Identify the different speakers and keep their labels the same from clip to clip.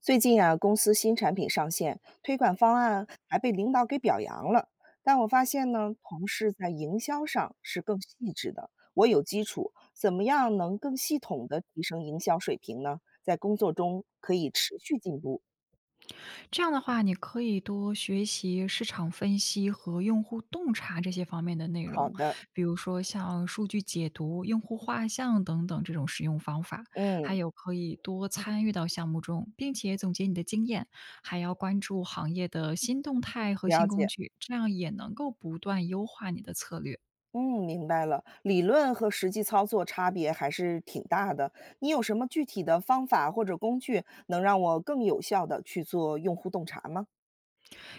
Speaker 1: 最近啊，公司新产品上线，推广方案还被领导给表扬了。但我发现呢，同事在营销上是更细致的。我有基础，怎么样能更系统的提升营销水平呢？在工作中可以持续进步。
Speaker 2: 这样的话，你可以多学习市场分析和用户洞察这些方面的内
Speaker 1: 好
Speaker 2: 容，
Speaker 1: 的。
Speaker 2: 比如说像数据解读、用户画像等等这种使用方法，还
Speaker 1: 嗯。
Speaker 2: 有可以多参与到项目中，并且总结你的经验，还要关注行业的新动态和
Speaker 1: 了
Speaker 2: 新工
Speaker 1: 解。
Speaker 2: 具，这样也能够不断优化你的策略。
Speaker 1: 嗯，明白了。理论和实际操作差别还是挺大的。你有什么具体的方法或者工具，能让我更有效的去做用户洞察吗？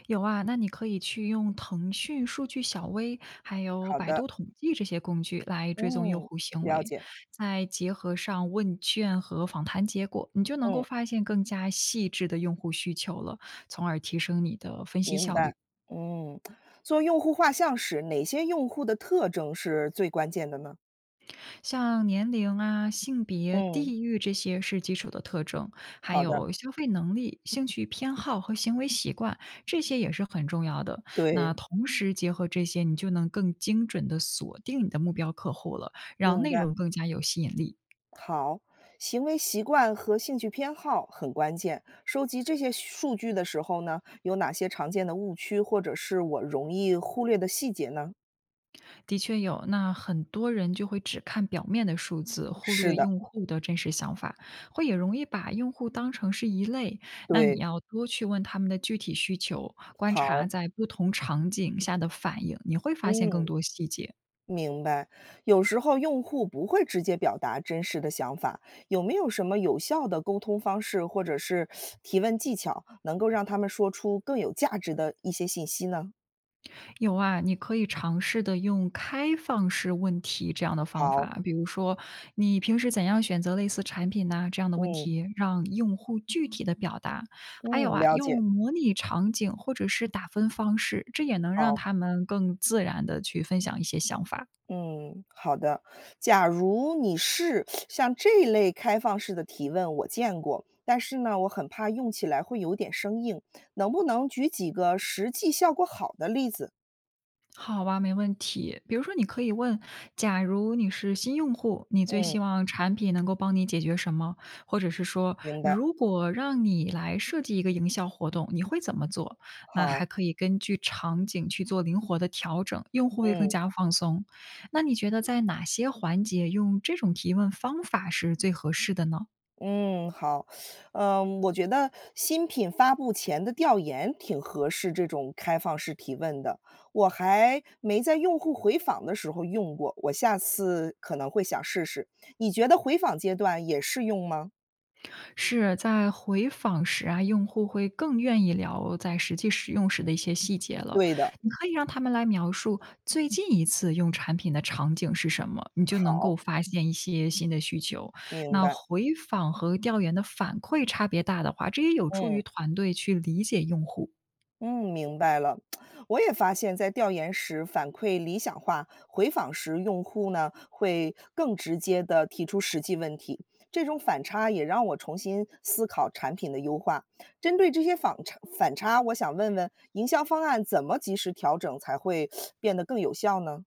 Speaker 2: 有啊，那你可以去用腾讯数据小微，还有
Speaker 1: 好
Speaker 2: 百
Speaker 1: 的。
Speaker 2: 度统计这些工具来追踪用
Speaker 1: 嗯。
Speaker 2: 户行
Speaker 1: 了
Speaker 2: 为，
Speaker 1: 解。
Speaker 2: 再结合上问卷和访谈结果，你就能够
Speaker 1: 嗯，
Speaker 2: 发现更加细致的用户需求了，从而提升你的分析
Speaker 1: 明
Speaker 2: 效
Speaker 1: 白。
Speaker 2: 率。
Speaker 1: 嗯，做用户画像时，哪些用户的特征是最关键的呢？
Speaker 2: 像年龄啊、性别、
Speaker 1: 嗯。
Speaker 2: 地域这些是基础的特征，还
Speaker 1: 好的。
Speaker 2: 有消费能力、兴趣偏好和行为习惯，这些也是很重要的。
Speaker 1: 对，
Speaker 2: 那同时结合这些，你就能更精准的锁定你的目标客户了，让
Speaker 1: 明
Speaker 2: 内
Speaker 1: 白。
Speaker 2: 容更加有吸引力。
Speaker 1: 好，行为习惯和兴趣偏好很关键。收集这些数据的时候呢，有哪些常见的误区，或者是我容易忽略的细节呢？
Speaker 2: 的确有，那很多人就会只看表面的数字，忽
Speaker 1: 是
Speaker 2: 略
Speaker 1: 的。
Speaker 2: 用户的真实想法，会也容易把用户当成是一类。那你
Speaker 1: 对。
Speaker 2: 要多去问他们的具体需求，观察
Speaker 1: 好。
Speaker 2: 在不同场景下的反应，你会发现更
Speaker 1: 嗯。
Speaker 2: 多细节。
Speaker 1: 明白，有时候用户不会直接表达真实的想法，有没有什么有效的沟通方式或者是提问技巧，能够让他们说出更有价值的一些信息呢？
Speaker 2: 有啊，你可以尝试的用开放式问题这样的方
Speaker 1: 好。
Speaker 2: 法，比如说你平时怎样选择类似产品呐、这样的问
Speaker 1: 嗯
Speaker 2: 题，让用户具体的表达。还有
Speaker 1: 嗯，
Speaker 2: 啊，
Speaker 1: 了解。
Speaker 2: 用模拟场景或者是打分方式，这也能让
Speaker 1: 好。
Speaker 2: 他们更自然的去分享一些想法。
Speaker 1: 嗯，好的。假如你是像这一类开放式的提问，我见过，但是呢，我很怕用起来会有点生硬，能不能举几个实际效果好的例子？
Speaker 2: 好吧，没问题。比如说，你可以问：假如你是新用户，你最
Speaker 1: 嗯，
Speaker 2: 希望产品能够帮你解决什么？或者是说，
Speaker 1: 明白。
Speaker 2: 如果让你来设计一个营销活动，你会怎么做？那
Speaker 1: 好。
Speaker 2: 还可以根据场景去做灵活的调整，用户会更
Speaker 1: 嗯。
Speaker 2: 加放松。那你觉得在哪些环节用这种提问方法是最合适的呢？
Speaker 1: 嗯，好，嗯，我觉得新品发布前的调研挺合适这种开放式提问的，我还没在用户回访的时候用过，我下次可能会想试试。你觉得回访阶段也适用吗？
Speaker 2: 是，在回访时啊，用户会更愿意聊在实际使用时的一些细节了。
Speaker 1: 对的。
Speaker 2: 你可以让他们来描述最近一次用产品的场景是什么，你就能
Speaker 1: 好，
Speaker 2: 够发现一些新的需求。
Speaker 1: 明
Speaker 2: 那
Speaker 1: 白。
Speaker 2: 回访和调研的反馈差别大的话，这也有助
Speaker 1: 嗯。
Speaker 2: 于团队去理解用户。
Speaker 1: 嗯，明白了。我也发现，在调研时反馈理想化，回访时用户呢会更直接地提出实际问题。这种反差也让我重新思考产品的优化。针对这些反差，我想问问营销方案怎么及时调整才会变得更有效呢？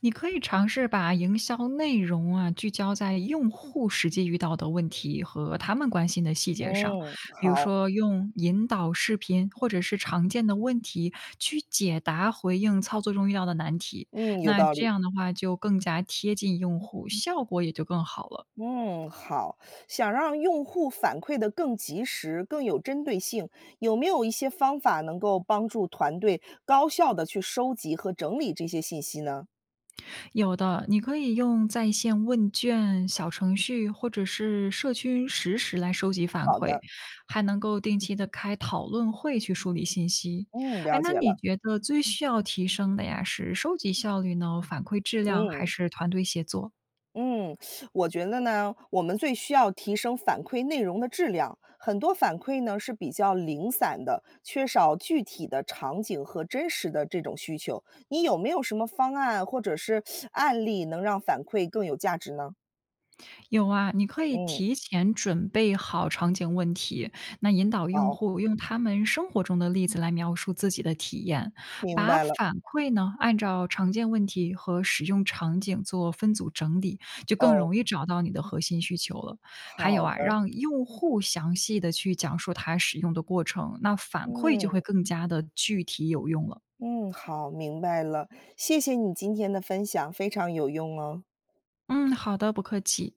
Speaker 2: 你可以尝试把营销内容啊聚焦在用户实际遇到的问题和他们关心的细节上，
Speaker 1: 嗯，
Speaker 2: 比如
Speaker 1: 好。
Speaker 2: 说用引导视频或者是常见的问题去解答回应操作中遇到的难题。
Speaker 1: 嗯，有
Speaker 2: 那
Speaker 1: 道
Speaker 2: 这
Speaker 1: 理。
Speaker 2: 样的话就更加贴近用户，效果也就更好了。
Speaker 1: 嗯，好。想让用户反馈的更及时、更有针对性，有没有一些方法能够帮助团队高效的去收集和整理这些信息呢？
Speaker 2: 有的，你可以用在线问卷、小程序或者是社区实时来收集反
Speaker 1: 好
Speaker 2: 馈，
Speaker 1: 的。
Speaker 2: 还能够定期的开讨论会去梳理信息。
Speaker 1: 嗯，
Speaker 2: 哎，
Speaker 1: 了
Speaker 2: 那
Speaker 1: 解
Speaker 2: 你
Speaker 1: 了。
Speaker 2: 觉得最需要提升的呀，是收集效率呢，反馈质量，还
Speaker 1: 嗯
Speaker 2: 是团队协作？
Speaker 1: 嗯，我觉得呢，我们最需要提升反馈内容的质量。很多反馈呢是比较零散的，缺少具体的场景和真实的这种需求。你有没有什么方案或者是案例能让反馈更有价值呢？
Speaker 2: 有啊，你可以
Speaker 1: 嗯。
Speaker 2: 提前准备好场景问题，那引导用
Speaker 1: 好，
Speaker 2: 户用他们生活中的例子来描述自己的体验，
Speaker 1: 明
Speaker 2: 把
Speaker 1: 白了。
Speaker 2: 反馈呢按照常见问题和使用场景做分组整理，就更
Speaker 1: 哦，
Speaker 2: 容易找到你的核心需求了。还有
Speaker 1: 好
Speaker 2: 啊，
Speaker 1: 的。
Speaker 2: 让用户详细的去讲述他使用的过程，那反馈就
Speaker 1: 嗯。
Speaker 2: 会更加的具体有用了。
Speaker 1: 嗯，好，明白了。谢谢你今天的分享，非常有用哦。
Speaker 2: 嗯，好的，不客气。